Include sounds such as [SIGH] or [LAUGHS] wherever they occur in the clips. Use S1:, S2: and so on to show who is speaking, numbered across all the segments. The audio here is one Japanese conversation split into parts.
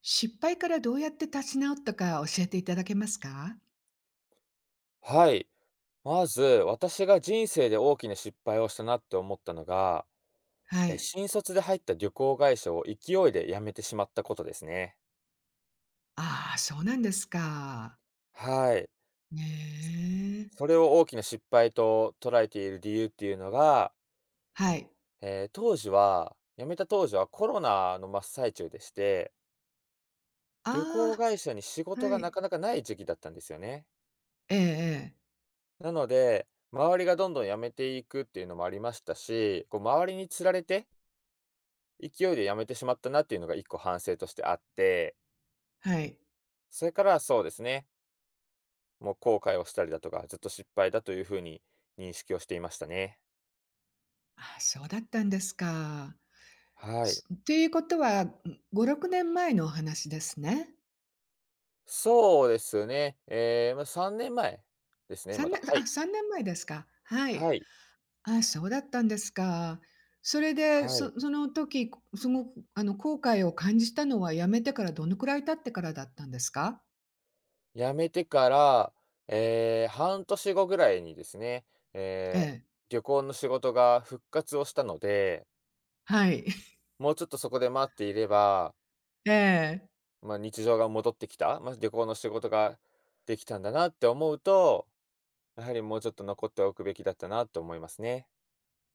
S1: 失敗からどうやって立ち直ったか教えていただけますか？
S2: はい。まず、私が人生で大きな失敗をしたなって思ったのが、
S1: はい。
S2: 新卒で入った旅行会社を勢いで辞めてしまったことですね。
S1: ああ、そうなんですか。
S2: はい。
S1: ね
S2: そ
S1: え。
S2: れを大きな失敗と捉えている理由っていうのが、
S1: はい。
S2: 当時は、辞めた当時はコロナの真っ最中でして、旅行
S1: あ
S2: 会社に仕
S1: あ、
S2: 事
S1: は
S2: がな
S1: い。
S2: かなかない時期だったんですよね。
S1: ええええ。
S2: なので、周りがどんどん辞めていくっていうのもありましたし、こう周りにつられて勢いで辞めてしまったなっていうのが一個反省としてあって、
S1: はい。
S2: それからそうですね、もう後悔をしたりだとか、ずっと失敗だというふうに認識をしていましたね。
S1: ああ、そうだったんですか。
S2: はい。
S1: すっていうことは、ん、5、6年前のお話ですね。
S2: そうですね。ま、3年前ですね、ま
S1: 3
S2: だ。は
S1: 年
S2: い。
S1: あ、3年前ですか。はい。
S2: はい。
S1: ああ、そうだったんですか。それで、
S2: はい。
S1: そその時、すごく後悔を感じたのはやめてからどのくらい経ってからだったんですか？
S2: 辞めてから、半年後ぐらいにですね、
S1: え
S2: ええ、
S1: え。
S2: 旅行の仕事が復活をしたので、
S1: はい。[LAUGHS]
S2: もうちょっとそこで待っていれば、
S1: ええ。
S2: まあ、日常が戻ってきた、まあ、旅行の仕事ができたんだなって思うと、やはりもうちょっと残っておくべきだったなと思いますね。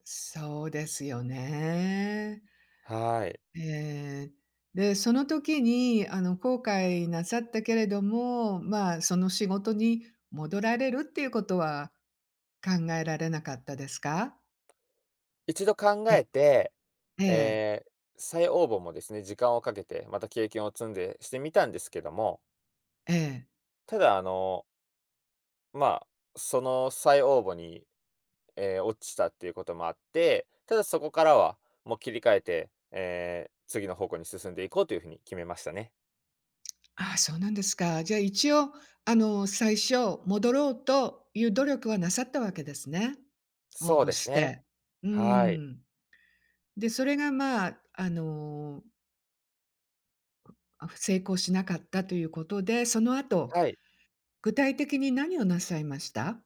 S1: そうですよね。
S2: はい。
S1: ええ。で、その時に、後悔なさったけれども、まあ、その仕事に戻られるっていうことは考えられなかったですか？
S2: 一度考え
S1: だ
S2: て、
S1: ええ、
S2: えー再応募もですね、時間をかけて、また経験を積んでしてみたんですけども、
S1: ええ。
S2: ただ、まあ、その再応募に、落ちたっていうこともあって、ただそこからはもう切り替えて、次の方向に進んでいこうというふうに決めましたね。
S1: ああ、そうなんですか。じゃあ、一応、最初戻ろうという努力はなさったわけですね。応
S2: そう
S1: 募
S2: です
S1: し
S2: ね。
S1: て。う
S2: はい。
S1: ん。で、それが、まあ、あのあ、成功しなかったということで、その後、
S2: はい。
S1: 具体的に何をなさいました？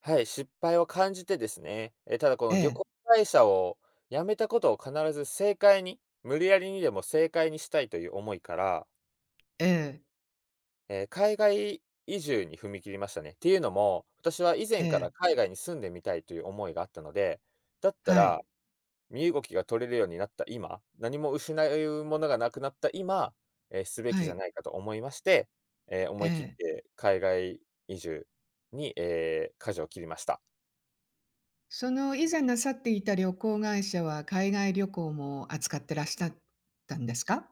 S2: はい、失敗を感じてですね、ただこ
S1: え
S2: の旅行
S1: え、
S2: 会社を辞めたことを必ず正解に、無理やりにでも正解にしたいという思いから、
S1: ええ、
S2: 海外移住に踏み切りましたね。っていうのも、私は以
S1: え
S2: 前から
S1: え、
S2: 海外に住んでみたいという思いがあったので、だった
S1: は
S2: ら、
S1: い、
S2: 身動きが取れるようになった今、何も失うものがなくなった今、すべき
S1: は
S2: じゃ
S1: い、
S2: ないかと思いまして、思
S1: え
S2: い切っ
S1: え。
S2: て海外移住に、舵を切りました。
S1: その以前なさっていた旅行会社は、海外旅行も扱ってらっしゃったんですか？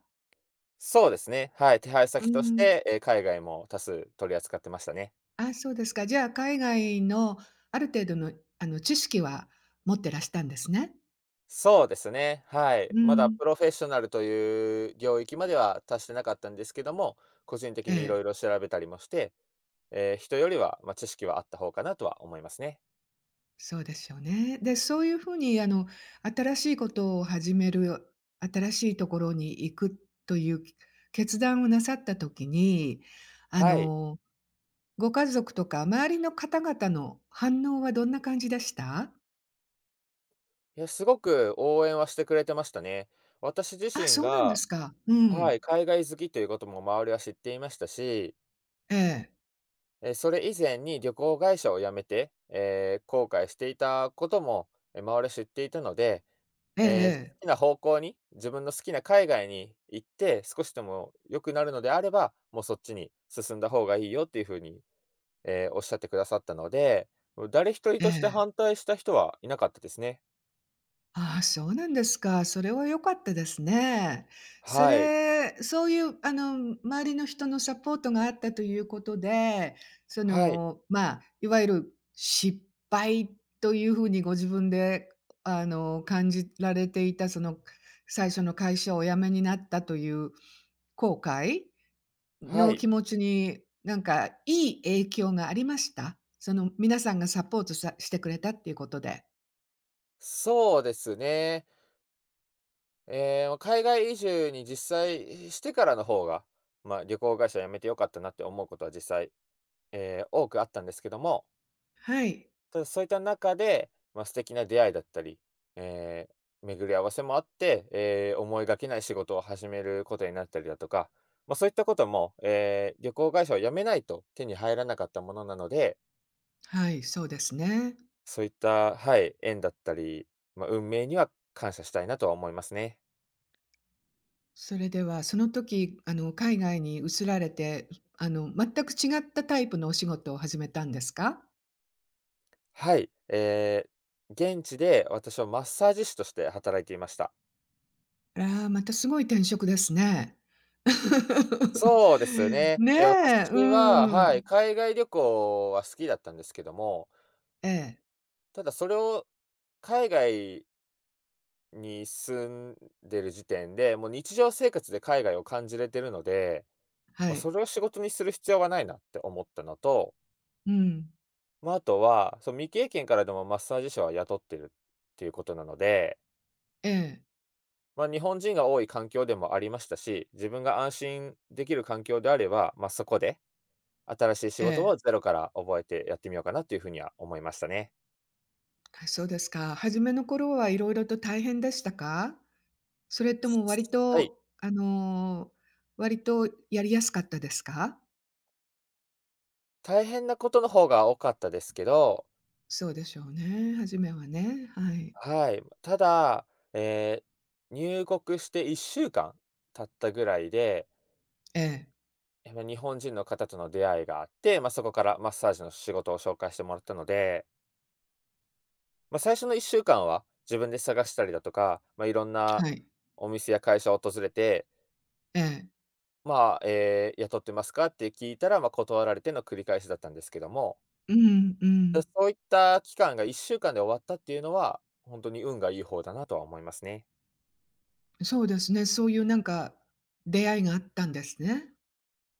S2: そうですね。はい、手配
S1: う
S2: 先とし
S1: ん。
S2: て、海外も多数取り扱ってましたね。
S1: あ、そうですか。じゃあ、海外のある程度の、知識は持ってらしたんですね。
S2: そうですね、はい。
S1: う
S2: まだ
S1: ん、
S2: プロフェッショナルという領域までは達してなかったんですけども、個人的
S1: え
S2: にいろ
S1: え。
S2: いろ調べたりもして、人よりは、まあ、知識はあった方かなとは思いますね。
S1: そうですよね。で、そういうふうに新しいことを始める、新しいところに行くという決断をなさったときに、あ
S2: はい。
S1: の、ご家族とか周りの方々の反応はどんな感じでした？
S2: いや、すごく応援はしてくれてましたね。私自
S1: あ、
S2: 身
S1: そうなんで
S2: が、
S1: すか。う
S2: はい、
S1: ん。
S2: 海外好きということも周りは知っていましたし、
S1: ええ。
S2: それ以前に旅行会社を辞めて、後悔していたことも、周りは知っていたので、
S1: ええええ。
S2: 好きな方向に、自分の好きな海外に行って、少しでも良くなるのであれば、もうそっちに進んだ方がいいよっていうふうに、おっしゃってくださったので、誰一人
S1: え
S2: として
S1: え。
S2: 反対した人はいなかったですね。
S1: ああ、そうなんですか。それは良かったですね。そ
S2: はい。
S1: れ、そういう、周りの人のサポートがあったということで、そ
S2: はい。
S1: の、まあ、いわゆる失敗というふうにご自分で、感じられていた、その、最初の会社をお辞めになったという後悔
S2: は
S1: の
S2: い。
S1: 気持ちに、なんか、いい影響がありましたその、皆さんがサポートさしてくれたっていうことで。
S2: そうですね。海外移住に実際してからの方が、まあ、旅行会社辞めてよかったなって思うことは実際、ええ、多くあったんですけども、
S1: はい。
S2: ただそういった中で、まあ、素敵な出会いだったり、え巡り合わせもあって、思いがけない仕事を始めることになったりだとか、まあ、そういったことも、旅行会社を辞めないと手に入らなかったものなので、
S1: はい、そうですね。
S2: そういった、はい、縁だったり、まあ、運命には感謝したいなとは思いますね。
S1: それでは、その時、海外に移られて、全く違ったタイプのお仕事を始めたんですか？
S2: はい、ええ、現地で私はマッサージ師として働いていました。
S1: あら、またすごい転職ですね。
S2: そうです
S1: [LAUGHS]
S2: ね。
S1: ね
S2: 私
S1: え、う
S2: は、はい、
S1: ん。
S2: 海外旅行は好きだったんですけども、
S1: ええ、
S2: ただそれを海外に住んでる時点で、もう日常生活で海外を感じれてるので、
S1: は
S2: まあ、
S1: い。
S2: それを仕事にする必要はないなって思ったのと、
S1: うん。
S2: まあ、あとは、その未経験からでもマッサージ師は雇ってるっていうことなので、
S1: ええ、
S2: まあ、日本人が多い環境でもありましたし、自分が安心できる環境であれば、まあ、そこで新しい仕
S1: え
S2: 事
S1: え。
S2: をゼロから覚えてやってみようかなっていうふうには思いましたね。
S1: あ、そうですか。初めの頃はいろいろと大変でしたか？それと
S2: す
S1: も割
S2: はい。
S1: と、割とやりやすかったですか？
S2: 大変なことの方が多かったですけど、
S1: そうでしょうね、初めはね、はい。
S2: はい。ただ、え入国して1週間経ったぐらいで、
S1: ええ、
S2: ま、日本人の方との出会いがあって、まあ、そこからマッサージの仕事を紹介してもらったので、まあ、最初の1週間は自分で探したりだとか、まあ、いろんな
S1: はい。
S2: お店や会社を訪れて、
S1: ええ。
S2: まあ、雇ってますか？」って聞いたら、まあ、断られての繰り返しだったんですけども、
S1: うんう
S2: だ
S1: ん。
S2: そういった期間が1週間で終わったっていうのは、ほんとに運がいい方だなとは思いますね。
S1: そうですね。そういうなんか、出会いがあったんですね。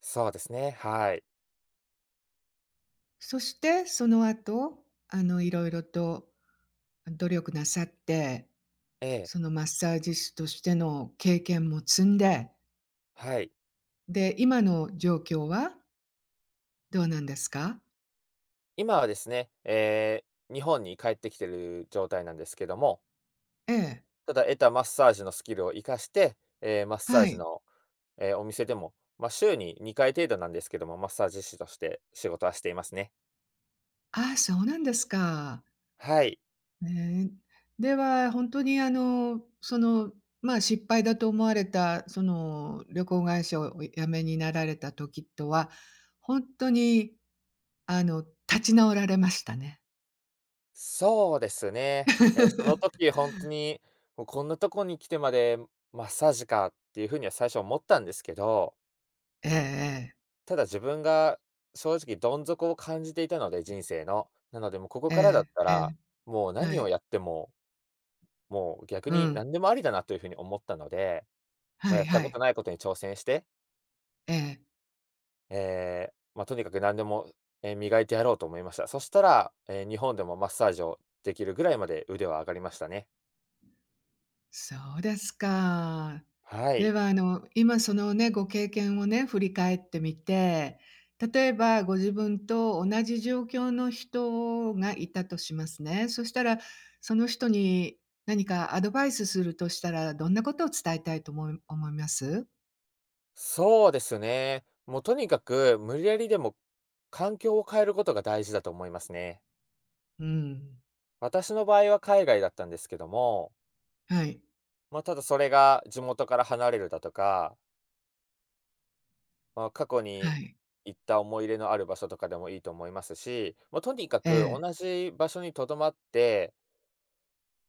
S2: そうですね、はい。
S1: そしてその後、いろいろと努力なさって、
S2: ええ、
S1: そのマッサージ師としての経験も積んで、
S2: はい。
S1: で、今の状況はどうなんですか？
S2: 今はですね、ええ、日本に帰ってきてる状態なんですけども、
S1: ええ。
S2: ただ得たマッサージのスキルを活かして、ええ、マッサー
S1: は
S2: ジ
S1: い。
S2: の、ええ、お店でも、ま、週に2回程度なんですけども、マッサージ師として仕事はしていますね。
S1: ああ、そうなんですか。
S2: はい。
S1: ねえ。では、本当にその、ま、失敗だと思われた、その、旅行会社をお辞めになられた時とは、本当にあの、立ち直られましたね。
S2: そうですね。その時
S1: [LAUGHS]
S2: 本当に、もうこんなとこに来てまでマッサージかっていうふうには最初思ったんですけど、
S1: ええええ。
S2: ただ自分が正直どん底を感じていたので、人生の。なのでもうここ
S1: え
S2: からだっ
S1: え
S2: た
S1: え
S2: ら、
S1: え。
S2: もう
S1: は
S2: 何を
S1: い。
S2: やっても、もう逆
S1: う
S2: に
S1: ん。
S2: 何でもありだなというふうに思ったので、ま
S1: は
S2: あ、や
S1: い
S2: った
S1: は
S2: こ
S1: い。
S2: とないことに挑戦して、
S1: ええ。
S2: えとにかく何でも、磨いてやろうと思いました。そしたら、日本でもマッサージをできるぐらいまで腕は上がりましたね。
S1: そうですか。
S2: は
S1: で
S2: い。
S1: は、今そのね、ご経験をね、振り返ってみて、例えばご自分と同じ状況の人がいたとしますね。そしたら、その人に何かアドバイスするとしたら、どんなことを伝えたいと思います？
S2: そうですね。もうとにかく無理やりでも環境を変えることが大事だと思いますね。
S1: うん。
S2: 私の場合は海外だったんですけども、
S1: はい。
S2: まあ、ただそれが地元から離れるだとか、まあ、過去
S1: は
S2: に
S1: い。
S2: 行った思い入れのある場所とかでもいいと思いますし、まあ、とにか
S1: え
S2: く
S1: え、
S2: 同じ場所にとどまって、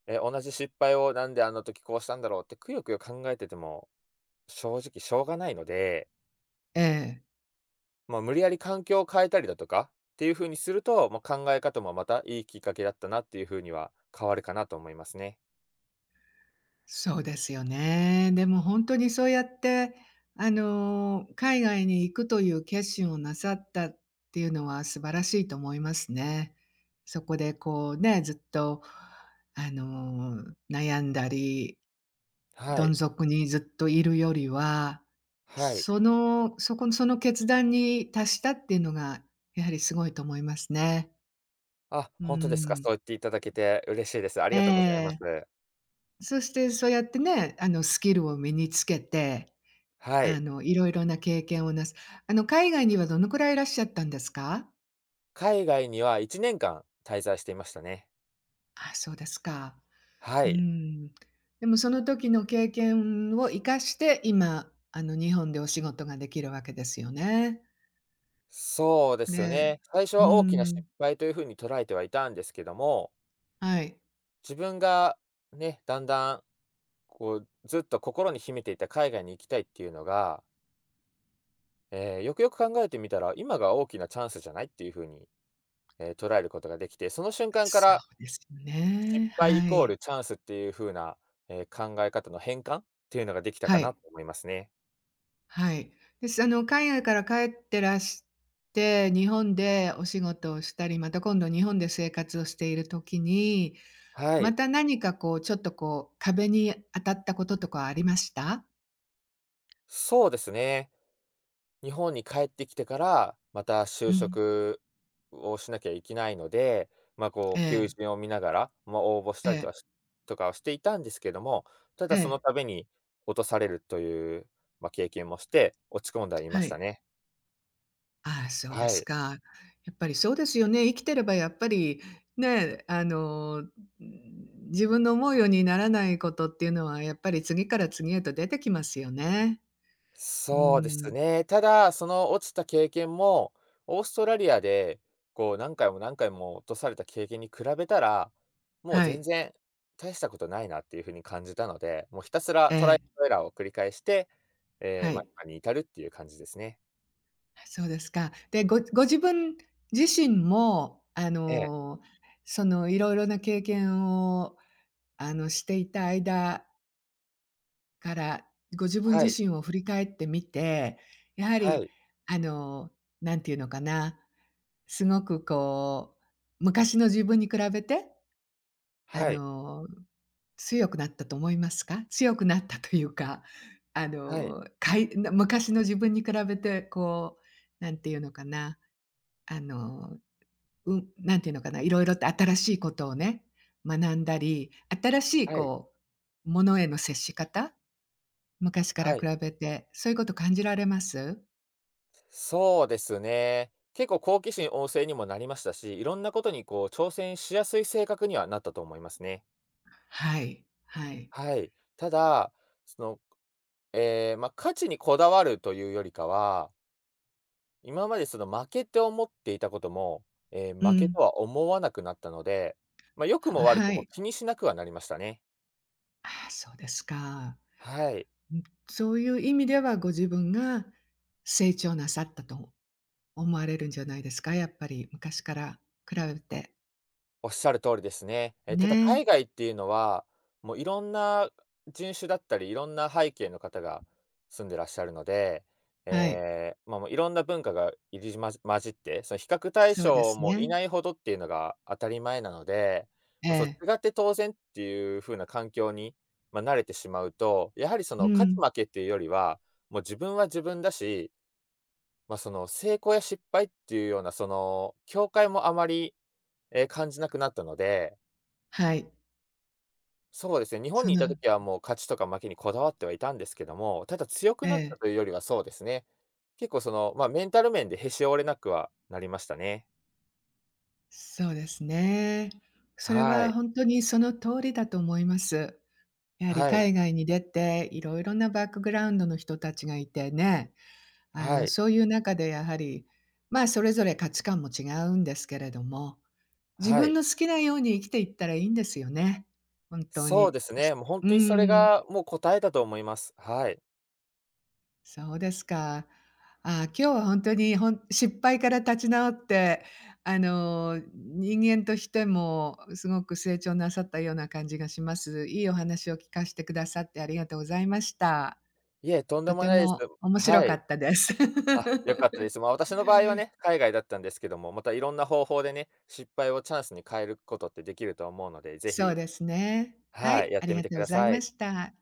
S2: 同じ失敗をなんであの時こうしたんだろうってくよくよ考えてても正直しょうがないので、
S1: ええ。
S2: まあ、無理やり環境を変えたりだとかっていう風にすると、まあ、考え方もまたいいきっかけだったなっていう風には変わるかなと思いますね。
S1: そうですよね。でも本当にそうやって、海外に行くという決心をなさったっていうのは素晴らしいと思いますね。そこでこうね、ずっと、あの、悩んだり、
S2: は
S1: ど
S2: い。
S1: ん底にずっといるよりは、
S2: はい。
S1: そのそこのその決断に達したっていうのが、やはりすごいと思いますね。
S2: あ、
S1: う
S2: 本当ですか。そ
S1: ん。
S2: う言っていただけて嬉しいです。あり
S1: え
S2: がとうございま
S1: え。
S2: す。
S1: そしてそうやってね、スキルを身につけて
S2: はい。
S1: いろいろな経験をなす海外にはどのくらいいらっしゃったんですか？
S2: 海外には1年間滞在していましたね。
S1: あ、そうですか。
S2: は
S1: うー
S2: い。
S1: ん。でもその時の経験を生かして、今、日本でお仕事ができるわけですよね。
S2: そうで
S1: ね
S2: すよ
S1: え。
S2: ね。最初
S1: うー
S2: は大きな失
S1: ん。
S2: 敗という風に捉えてはいたんですけども、
S1: はい。
S2: 自分がね、だんだんこうずっと心に秘めていた海外に行きたいっていうのが、よくよく考えてみたら、今が大きなチャンスじゃないっていうふうに、捉えることができて、その瞬間か
S1: そ
S2: ら
S1: うですよ
S2: 失
S1: ね。
S2: 敗イ
S1: は
S2: コール
S1: い。
S2: チャンスっていうふうな、考え方の変換っていうのができたか
S1: は
S2: な
S1: い。
S2: と思いますね。
S1: はい。です。海外から帰ってらして、日本でお仕事をしたり、また今度日本で生活をしている時に、
S2: は
S1: ま
S2: い。
S1: た何かこう、ちょっとこう、壁に当たったこととかありました？
S2: そうですね。日本に帰ってきてから、また就
S1: うん。
S2: 職をしなきゃいけないので、まあこ
S1: え
S2: う、求
S1: え、
S2: 人を見ながら、まあ応募し
S1: え
S2: たりと
S1: え、
S2: かしをしていたんですけども、ただ
S1: え
S2: その
S1: え、
S2: 度に落とされるという、まあ、経験もして、落ち込んだいま
S1: は
S2: した
S1: い。
S2: ね。
S1: ああ、そうで
S2: は
S1: す
S2: い。
S1: か。やっぱりそうですよね。生きてればやっぱり、ね、ん、自分の思うようにならないことっていうのは、やっぱり次から次へと出てきますよね。う
S2: そうです
S1: ん。
S2: ね。ただ、その落ちた経験も、オーストラリアで、こう何回も何回も落とされた経験に比べたら、もう
S1: は
S2: 全
S1: い。
S2: 然大したことないなっていう風に感じたので、もうひたすら
S1: え
S2: トライアン
S1: え。
S2: ドエラーを繰り返して、ええ、
S1: は
S2: まあ、
S1: い。
S2: 今に至るっていう感じですね。
S1: そうですか。で、ごご自分自身も、
S2: ええ、
S1: その、いろいろな経験を、していた間から、ご自分
S2: はい、
S1: 自身を振り返ってみて、やは
S2: は
S1: り、
S2: い、
S1: あの、なんていうのかな、すごくこう、昔の自分に比べて、あ
S2: はい、
S1: の、強くなったと思いますか？強くなったというか、
S2: はい、
S1: かい昔の自分に比べて、こう、なんていうのかなあの、うん、なんていうのかな、いろいろと新しいことをね、学んだり、新しい
S2: はい、
S1: こう、ものへの接し方、昔から
S2: は
S1: 比
S2: い。
S1: べて、そういうこと感じられます？
S2: そうですね。結構好奇心旺盛にもなりましたし、いろんなことにこう挑戦しやすい性格にはなったと思いますね。
S1: はい、はい。
S2: はい。ただ、その、まあ、勝ちにこだわるというよりかは、今までその負けって思っていたことも、ええ、
S1: う
S2: 負けと
S1: ん。
S2: は思わなくなったので、まあ、良くも
S1: は
S2: 悪く
S1: は
S2: も
S1: い。
S2: 気にしなくはなりましたね。
S1: ああ、そうですか。
S2: はい。
S1: うん、そういう意味ではご自分が成長なさったと思われるんじゃないですか？やっぱり昔から比べて。
S2: おっしゃる通りですね。ただ
S1: ね。
S2: 海外っていうのは、もういろんな人種だったり、いろんな背景の方が住んでらっしゃるので、
S1: はい。
S2: ええ、まあ、もういろんな文化が入り混じ混じって、その比較対
S1: そうで
S2: 象
S1: す
S2: もい
S1: ね。
S2: ないほどっていうのが当たり前なので、
S1: え
S2: ま、そう
S1: え。
S2: 違って当然っていう風な環境に、まあ、慣れてしまうと、やはりそ
S1: う
S2: の勝ち
S1: ん。
S2: 負けっていうよりは、もう自分は自分だし、まあ、その成功や失敗っていうようなその境界もあまり、感じなくなったので、
S1: はい。
S2: そうですね、日本
S1: そ
S2: にい
S1: の
S2: た時はもう勝ちとか負けにこだわってはいたんですけども、ただ強く
S1: え
S2: なった
S1: え、
S2: というよりはそうですね、結構その、ま、メンタル面でへし折れなくはなりましたね。
S1: そうですね。それ
S2: は
S1: は
S2: い。
S1: 本当にその通りだと思います。やはり
S2: はい。
S1: 海外に出て、いろいろなバックグラウンドの人たちがいてね、
S2: はい。
S1: そういう中でやはり、ま、あそれぞれ価値観も違うんですけれども、自
S2: は
S1: 分
S2: い。
S1: の好きなように生きていったらいいんですよね、本当
S2: そう
S1: に。
S2: です
S1: ひ
S2: ね、もう本
S1: う
S2: 当にそれ
S1: ーん。
S2: がもう答えだと思います。はい。
S1: そうですか。あー今日は本当に、ほん失敗から立ち直って、人間としてもすごく成長なさったような感じがします。いいお話を聞かせてくださってありがとうございました。
S2: いえ、とんで
S1: と
S2: も
S1: て
S2: ないです。
S1: も面白
S2: は
S1: か
S2: い。
S1: ったです。[LAUGHS]
S2: あ、良かったです。ま、私の場合はね、海外だったんですけども、またいろんな方法でね、失敗をチャンスに変えることってできると思うので、ぜ
S1: そう
S2: ひ
S1: ですね。は
S2: はい、
S1: い、
S2: やっ
S1: あ
S2: て
S1: り
S2: み
S1: がと
S2: て
S1: う
S2: く
S1: ご
S2: だ
S1: ざい
S2: さ
S1: ま
S2: い。
S1: した。